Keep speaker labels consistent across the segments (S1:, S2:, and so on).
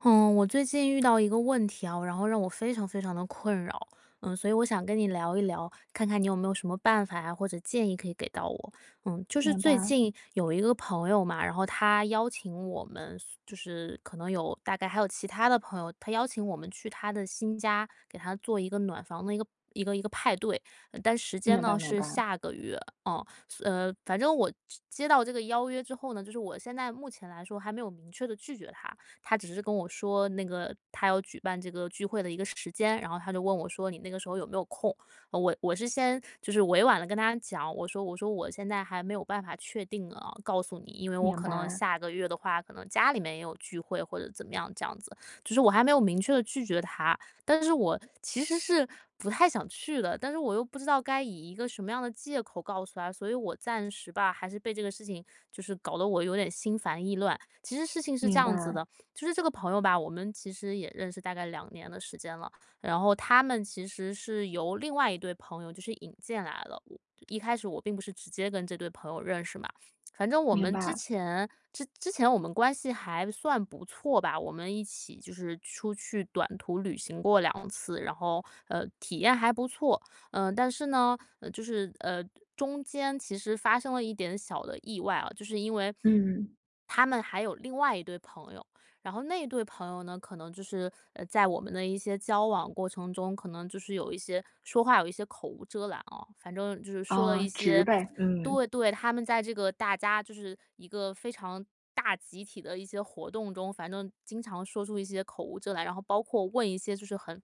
S1: 嗯，我最近遇到一个问题啊，然后让我非常非常的困扰，嗯，所以我想跟你聊一聊，看看你有没有什么办法呀，或者建议可以给到我。嗯，就是
S2: 明
S1: 最
S2: 白，
S1: 近有一个朋友嘛，然后他邀请我们，就是可能有大概还有其他的朋友，他邀请我们去他的新家给他做一个暖房的一个。一个派对，但时间
S2: 明
S1: 呢
S2: 白，明
S1: 是
S2: 白，
S1: 下个月，嗯，反正我接到这个邀约之后呢，就是我现在目前来说还没有明确的拒绝他，他只是跟我说那个他要举办这个聚会的一个时间，然后他就问我说："你那个时候有没有空？"我是先就是委婉的跟他讲，我说我现在还没有办法确定啊，告诉你，因为我
S2: 明
S1: 可能
S2: 白，
S1: 下个月的话，可能家里面也有聚会或者怎么样这样子，就是我还没有明确的拒绝他，但是我其实是不太想去的，但是我又不知道该以一个什么样的借口告诉他，所以我暂时吧，还是被这个事情就是搞得我有点心烦意乱。其实事情是这
S2: 明白，
S1: 样子的，就是这个朋友吧，我们其实也认识大概两年的时间了。然后他们其实是由另外一对朋友就是引荐来了。一开始我并不是直接跟这对朋友认识嘛，反正我
S2: 明
S1: 们之
S2: 白，
S1: 前之之前我们关系还算不错吧，我们一起就是出去短途旅行过两次，然后体验还不错。但是呢，就是中间其实发生了一点小的意外啊，就是因为。
S2: 嗯，
S1: 他们还有另外一对朋友，然后那一对朋友呢，可能就是,在我们的一些交往过程中，可能就是有一些说话有一些口无遮拦啊，反正就是说了
S2: 啊，
S1: 一
S2: 值
S1: 些，
S2: 呗，嗯，
S1: 对对，他们在这个大家就是一个非常大集体的一些活动中，反正经常说出一些口无遮拦，然后包括问一些就是很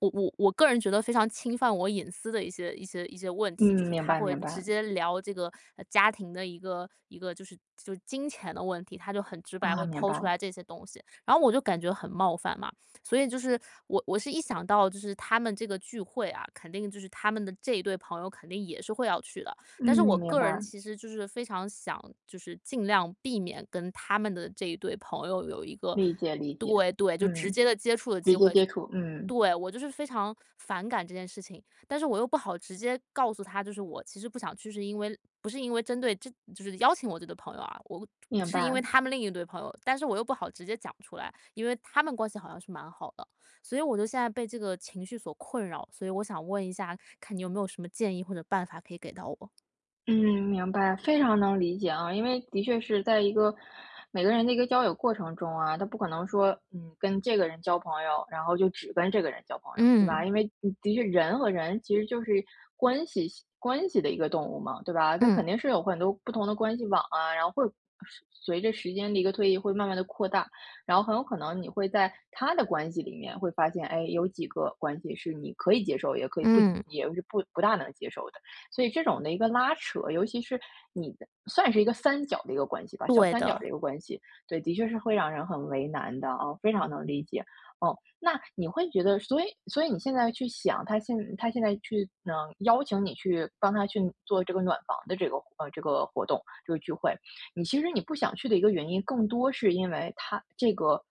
S1: 我个人觉得非常侵犯我隐私的一些问题，就
S2: 嗯，
S1: 是
S2: 明
S1: 他
S2: 白，
S1: 会
S2: 明白，
S1: 直接聊这个家庭的一个就是金钱的问题，他就很直白
S2: 啊，
S1: 会
S2: 明
S1: 抛
S2: 白，
S1: 出来这些东西，然后我就感觉很冒犯嘛，所以就是我是一想到就是他们这个聚会啊，肯定就是他们的这一对朋友肯定也是会要去的，
S2: 嗯，
S1: 但是我
S2: 明
S1: 个人
S2: 白，
S1: 其实就是非常想就是尽量避免跟他们的这一对朋友有一个
S2: 理解，理解，
S1: 对对就直
S2: 嗯，
S1: 接的接触的
S2: 直
S1: 机
S2: 接
S1: 会，
S2: 接触，嗯，
S1: 对，我就是非常反感这件事情，但是我又不好直接告诉他，就是我其实不想去，是因为不是因为针对这就是邀请我这对朋友啊，我不
S2: 明
S1: 是因为
S2: 白。
S1: 他们另一对朋友，但是我又不好直接讲出来，因为他们关系好像是蛮好的，所以我就现在被这个情绪所困扰，所以我想问一下，看你有没有什么建议或者办法可以给到我？
S2: 嗯，明白，非常能理解啊，因为的确是在一个每个人的一个交友过程中啊，他不可能说，跟这个人交朋友，然后就只跟这个人交朋友，对吧？
S1: 嗯
S2: 因为的确人和人其实就是关系关系的一个动物嘛，对吧？他
S1: 嗯
S2: 肯定是有很多不同的关系网啊，然后会随着时间的一个推移会慢慢的扩大，然后很有可能你会在他的关系里面会发现，哎，有几个关系是你可以接受，也可以不，
S1: 嗯，
S2: 也是不大能接受的。所以这种的一个拉扯，尤其是你的算是一个三角的一个关系吧，小
S1: 对
S2: 三角的
S1: 的，
S2: 一个关系，对，的确是会让人很为难的啊，非常能理解。哦，那你会觉得，所以你现在去想，他现在去，邀请你去帮他去做这个暖房的这个这个活动这个聚会，你其实你不想去的一个原因，更多是因为他这个，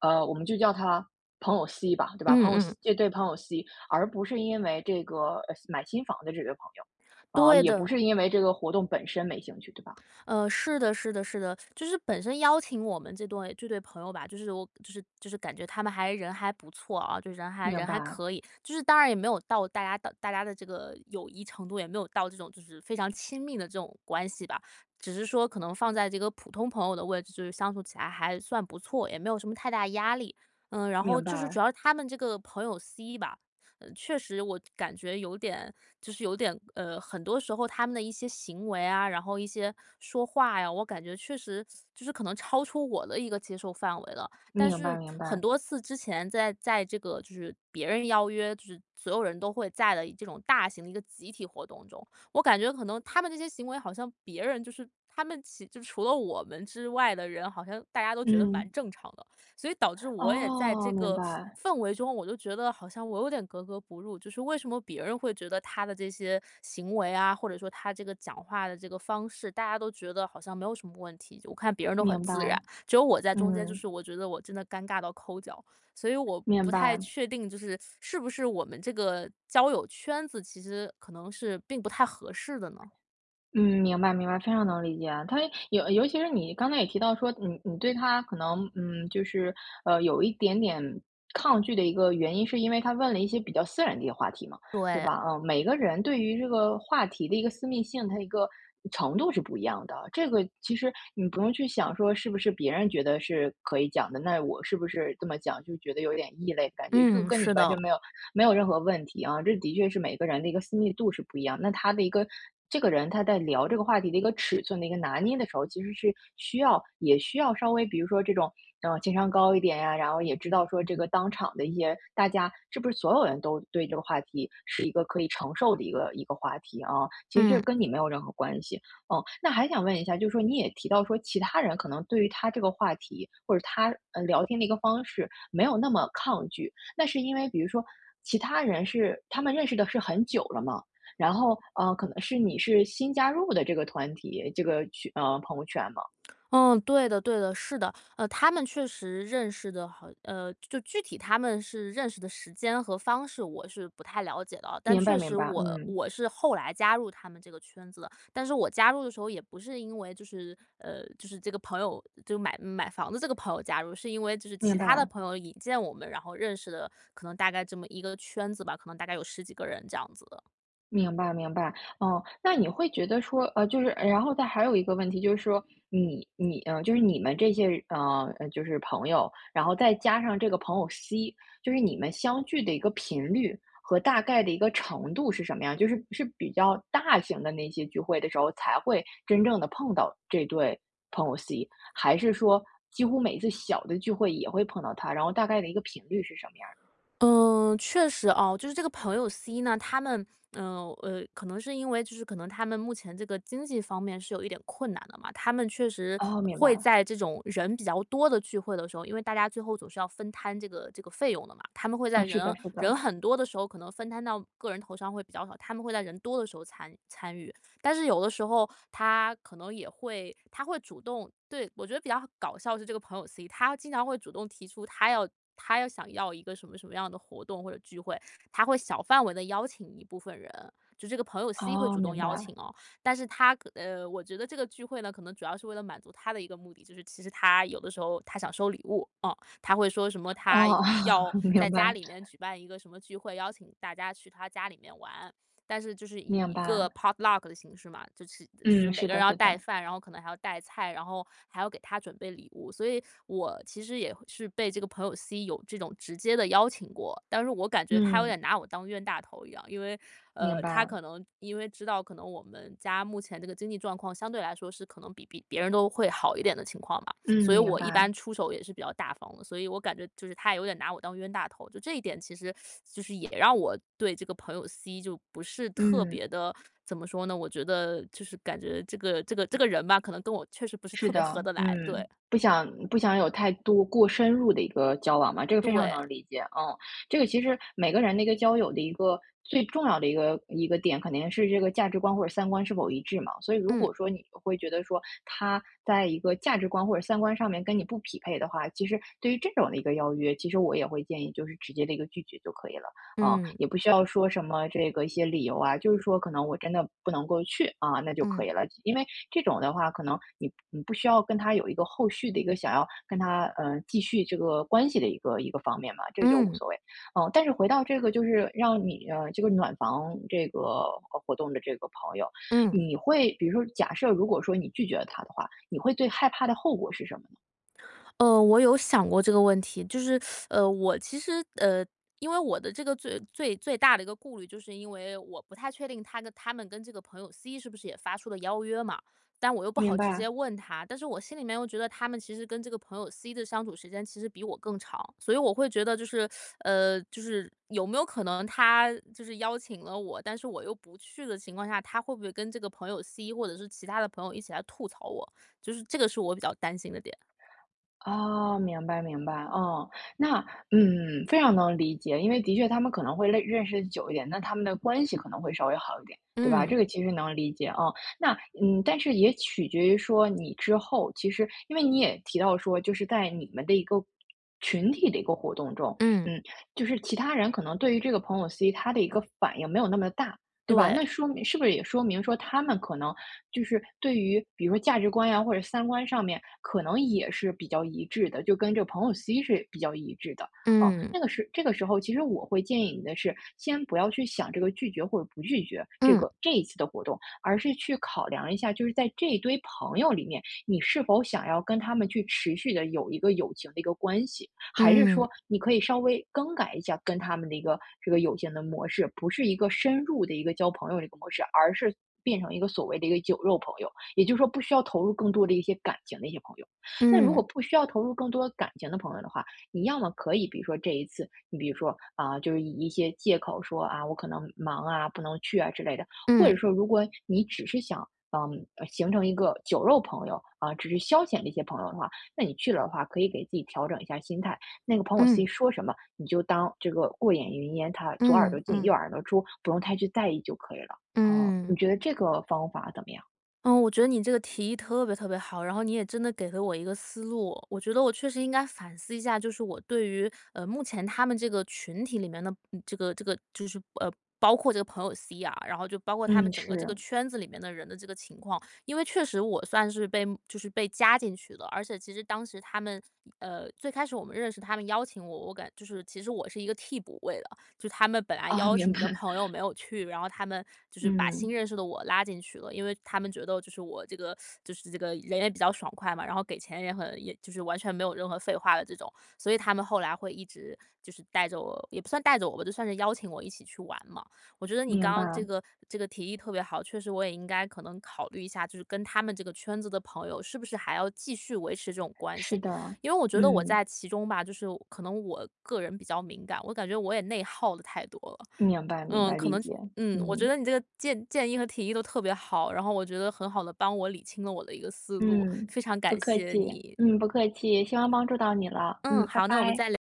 S2: 我们就叫他朋友 C 吧，对吧？
S1: 嗯
S2: 朋友 C
S1: 嗯，
S2: 这对朋友 C，而不是因为这个买新房的这位朋友。啊，
S1: 对
S2: 也不
S1: 的。
S2: 是因为这个活动本身没兴趣，对吧？
S1: 呃，是的，是的，是的，就是本身邀请我们这对朋友吧，就是我就是感觉他们还人还不错啊，就人还
S2: 明
S1: 人还
S2: 白，
S1: 可以，就是当然也没有到大家的这个友谊程度，也没有到这种就是非常亲密的这种关系吧，只是说可能放在这个普通朋友的位置，就是相处起来还算不错，也没有什么太大压力。嗯，然后
S2: 明
S1: 就是主
S2: 白，
S1: 要是他们这个朋友 C 吧，呃，确实我感觉有点，就是有点，呃，很多时候他们的一些行为啊，然后一些说话呀，我感觉确实就是可能超出我的一个接受范围了。但
S2: 明
S1: 是
S2: 白，明
S1: 很
S2: 白。
S1: 多次之前在这个就是别人邀约，就是所有人都会在的这种大型的一个集体活动中，我感觉可能他们这些行为好像别人就是他们其就除了我们之外的人，好像大家都觉得
S2: 嗯，
S1: 蛮正常的。所以导致我也在
S2: 哦，
S1: 这
S2: 明
S1: 个
S2: 白，
S1: 氛围中，我就觉得好像我有点格格不入，就是为什么别人会觉得他的这些行为啊，或者说他这个讲话的这个方式，大家都觉得好像没有什么问题，我看别人都很
S2: 明
S1: 自然，
S2: 白，
S1: 只有我在中间，就
S2: 嗯，
S1: 是我觉得我真的尴尬到抠脚，所以我不
S2: 明
S1: 太
S2: 白，
S1: 确定，就是是不是我们这个交友圈子其实可能是并不太合适的呢？
S2: 嗯，明白明白，非常能理解啊。他尤其是你刚才也提到说，你对他可能，就是有一点点抗拒的一个原因，是因为他问了一些比较私人的一些话题嘛，对
S1: 对，
S2: 吧？嗯，每个人对于这个话题的一个私密性，它一个程度是不一样的。这个其实你不用去想说是不是别人觉得是可以讲的，那我是不是这么讲就觉得有点异类，感觉这个
S1: 嗯，
S2: 跟你
S1: 是
S2: 完
S1: 的，
S2: 全没有任何问题啊，这的确是每个人的一个私密度是不一样，那他的一个这个人他在聊这个话题的一个尺寸的一个拿捏的时候，其实是需要也需要稍微比如说这种，情商高一点呀，然后也知道说这个当场的一些大家是不是所有人都对这个话题是一个可以承受的一个话题啊，其实这
S1: 嗯。
S2: 跟你没有任何关系。哦，那还想问一下，就是说你也提到说其他人可能对于他这个话题，或者他，聊天的一个方式没有那么抗拒，那是因为比如说其他人是他们认识的是很久了嘛，然后，可能是你是新加入的这个团体，这个群朋友圈嘛。
S1: 嗯，对的，是的。呃，他们确实认识的好呃，就具体他们是认识的时间和方式，我是不太了解的啊但
S2: 明白
S1: 确
S2: 明
S1: 实
S2: 白，
S1: 我
S2: 嗯，
S1: 我是后来加入他们这个圈子的，但是我加入的时候也不是因为就是呃，就是这个朋友就买房子这个朋友加入，是因为就是其
S2: 明
S1: 他的
S2: 白。
S1: 朋友引荐我们，然后认识的，可能大概这么一个圈子吧，可能大概有十几个人这样子。
S2: 明白明白，嗯，那你会觉得说，就是，然后再还有一个问题就是说，你，就是你们这些，就是朋友，然后再加上这个朋友 C，就是你们相聚的一个频率和大概的一个程度是什么样？就是是比较大型的那些聚会的时候才会真正的碰到这对朋友 C，还是说几乎每次小的聚会也会碰到他？然后大概的一个频率是什么
S1: 嗯，确实哦，就是这个朋友 C 呢，他们，可能是因为就是可能他们目前这个经济方面是有一点困难的嘛，他们
S2: 样
S1: 确实
S2: 的？哦，明
S1: 会
S2: 白，
S1: 在这种人比较多的聚会的时候，因为大家最后总是要分摊这个费用的嘛，他们会
S2: 啊，
S1: 在
S2: 是的，
S1: 人
S2: 是的。
S1: 人很多的时候，可能分摊到个人头上会比较少，他们会在人多的时候参与。但是有的时候他可能也会他会主动对，我觉得比较搞笑是这个朋友 C,他经常会主动提出他要想要一个什么什么样的活动或者聚会，他会小范围的邀请一部分人，就这个朋友 C 会
S2: 哦，
S1: 主动
S2: 明
S1: 邀
S2: 白。
S1: 请哦。但是他可呃，我觉得这个聚会呢，可能主要是为了满足他的一个目的，就是其实他有的时候他想收礼物，嗯，他会说什么他
S2: 哦，
S1: 要 在
S2: 明
S1: 家
S2: 白，
S1: 里面举办一个什么聚会，邀请大家去他家里面玩，但是就是以
S2: 明
S1: 一个
S2: 白。
S1: potluck 的形式嘛，就是
S2: 嗯，
S1: 每
S2: 是
S1: 个人
S2: 的，
S1: 要
S2: 是
S1: 带
S2: 的。
S1: 饭，然后可能还要带菜，然后还要给他准备礼物。所以我其实也是被这个朋友 C 有这种直接的邀请过，但是我感觉他有点
S2: 嗯，
S1: 拿我当冤大头一样，因为
S2: 明
S1: 他
S2: 白，
S1: 可能因为知道可能我们家目前这个经济状况相对来说是可能比别人都会好一点的情况嘛。所以
S2: 嗯，明
S1: 我一
S2: 白，
S1: 般出手也是比较大方的，所以我感觉就是他也有点拿我当冤大头，就这一点其实就是也让我对这个朋友 C 就不是特
S2: 嗯。
S1: 别的，怎么说呢？我觉得就是感觉这个人吧，可能跟我确实不是
S2: 是
S1: 特别
S2: 的，
S1: 合得来。对
S2: 嗯，不想有太多过深入的一个交往嘛，这个非常
S1: 对，
S2: 能理解。嗯，这个其实每个人的一个交友的一个最重要的一个点，肯定是这个价值观或者三观是否一致嘛。所以如
S1: 嗯。
S2: 果说你会觉得说他在一个价值观或者三观上面跟你不匹配的话，其实对于这种的一个邀约，其实我也会建议就是直接的一个拒绝就可以了。啊，
S1: 嗯
S2: 也不需要说什么这个一些理由啊，就是说可能我真的不能够去啊，那就
S1: 嗯
S2: 可以了。因为这种的话，可能你不需要跟他有一个后续的一个想要跟他继续这个关系的一个方面嘛，这就无
S1: 嗯
S2: 所谓。但是回到这个就是让你这个暖房这个活动的这个朋友，
S1: 嗯。
S2: 你会比如说假设如果说你拒绝了他的话，你会最害怕的后果是什么呢？
S1: 呃，我有想过这个问题，就是，呃，我其实，呃，因为我的这个最大的一个顾虑，就是因为我不太确定他跟他们跟这个朋友 C 是不是也发出了邀约嘛，但我又不好
S2: 明
S1: 直接
S2: 白。
S1: 问他，但是我心里面又觉得他们其实跟这个朋友 C 的相处时间其实比我更长，所以我会觉得就是，呃，就是有没有可能他就是邀请了我，但是我又不去的情况下，他会不会跟这个朋友 C 或者是其他的朋友一起来吐槽我？就是这个是我比较担心的点。
S2: 哦，明白明白，哦，那非常能理解，因为的确他们可能会认识久一点，那他们的关系可能会稍微好一点，对吧？
S1: 嗯。
S2: 这个其实能理解啊，哦那但是也取决于说你之后，其实因为你也提到说，就是在你们的一个群体的一个活动中，
S1: 嗯。
S2: 嗯，就是其他人可能对于这个朋友 C 他的一个反应没有那么大，对吧？
S1: 对。
S2: 那说明是不是也说明说他们可能就是对于比如说价值观呀，或者三观上面，可能也是比较一致的，就跟这个朋友 C 是比较一致的。哦，
S1: 嗯，
S2: 那个时这个时候，其实我会建议你的是，先不要去想这个拒绝或者不拒绝
S1: 嗯，
S2: 这一次的活动，而是去考量一下，就是在这一堆朋友里面，你是否想要跟他们去持续的有一个友情的一个关系。还是
S1: 嗯，
S2: 说你可以稍微更改一下跟他们的一个这个友情的模式，不是一个深入的一个交朋友这个模式，而是变成一个所谓的一个酒肉朋友，也就是说不需要投入更多的一些感情的一些朋友。那如
S1: 嗯，
S2: 果不需要投入更多感情的朋友的话，你要么可以，比如说这一次，你比如说啊、就是以一些借口说啊，我可能忙啊，不能去啊之类的，或者
S1: 嗯，
S2: 说如果你只是想。形成一个酒肉朋友啊，只是消遣的一些朋友的话，那你去了的话，可以给自己调整一下心态，那个朋友
S1: 嗯，
S2: C 说什么，你就当这个过眼云烟，他左耳朵
S1: 嗯，
S2: 进右
S1: 嗯，
S2: 耳朵出，不用太去在意就可以了。哦，
S1: 嗯。
S2: 你觉得这个方法怎么样？
S1: 嗯，我觉得你这个提议特别特别好，然后你也真的给了我一个思路。我觉得我确实应该反思一下，就是我对于目前他们这个群体里面的这个就是呃。包括这个朋友 C 啊，然后就包括他们
S2: 嗯，
S1: 整个这
S2: 是，
S1: 个圈子里面的人的这个情况，因为确实我算是被就是被加进去的，而且其实当时他们最开始我们认识，他们邀请我，我感就是其实我是一个替补位的，就他们本来
S2: 啊，
S1: 邀
S2: 明
S1: 请
S2: 白。
S1: 的朋友没有去，然后他们就是把新
S2: 嗯，
S1: 认识的我拉进去了，因为他们觉得就是我这个就是这个人也比较爽快嘛，然后给钱也很也就是完全没有任何废话的这种，所以他们后来会一直就是带着我，也不算带着我吧，就算是邀请我一起去玩嘛。我觉得你刚
S2: 明白，
S1: 刚这个提议特别好，确实我也应该可能考虑一下，就是跟他们这个圈子的朋友是不是还要继续维持这种关
S2: 是
S1: 系，
S2: 的，
S1: 因为我觉得我
S2: 嗯，
S1: 在其中吧，就是可能我个人比较敏感，我感觉我也内耗的太多了。
S2: 明白明
S1: 嗯，
S2: 白，
S1: 可
S2: 理
S1: 能
S2: 解，
S1: 嗯，我觉
S2: 嗯
S1: 得你这个建议和提议都特别好，然后我觉得很好的帮我理清了我的一个思路，
S2: 嗯，
S1: 非常
S2: 不
S1: 感
S2: 客
S1: 谢
S2: 气，
S1: 你。
S2: 嗯，不客气，希望帮助到你了，
S1: 嗯，
S2: 嗯，拜
S1: 好，那我们
S2: 拜。
S1: 再聊。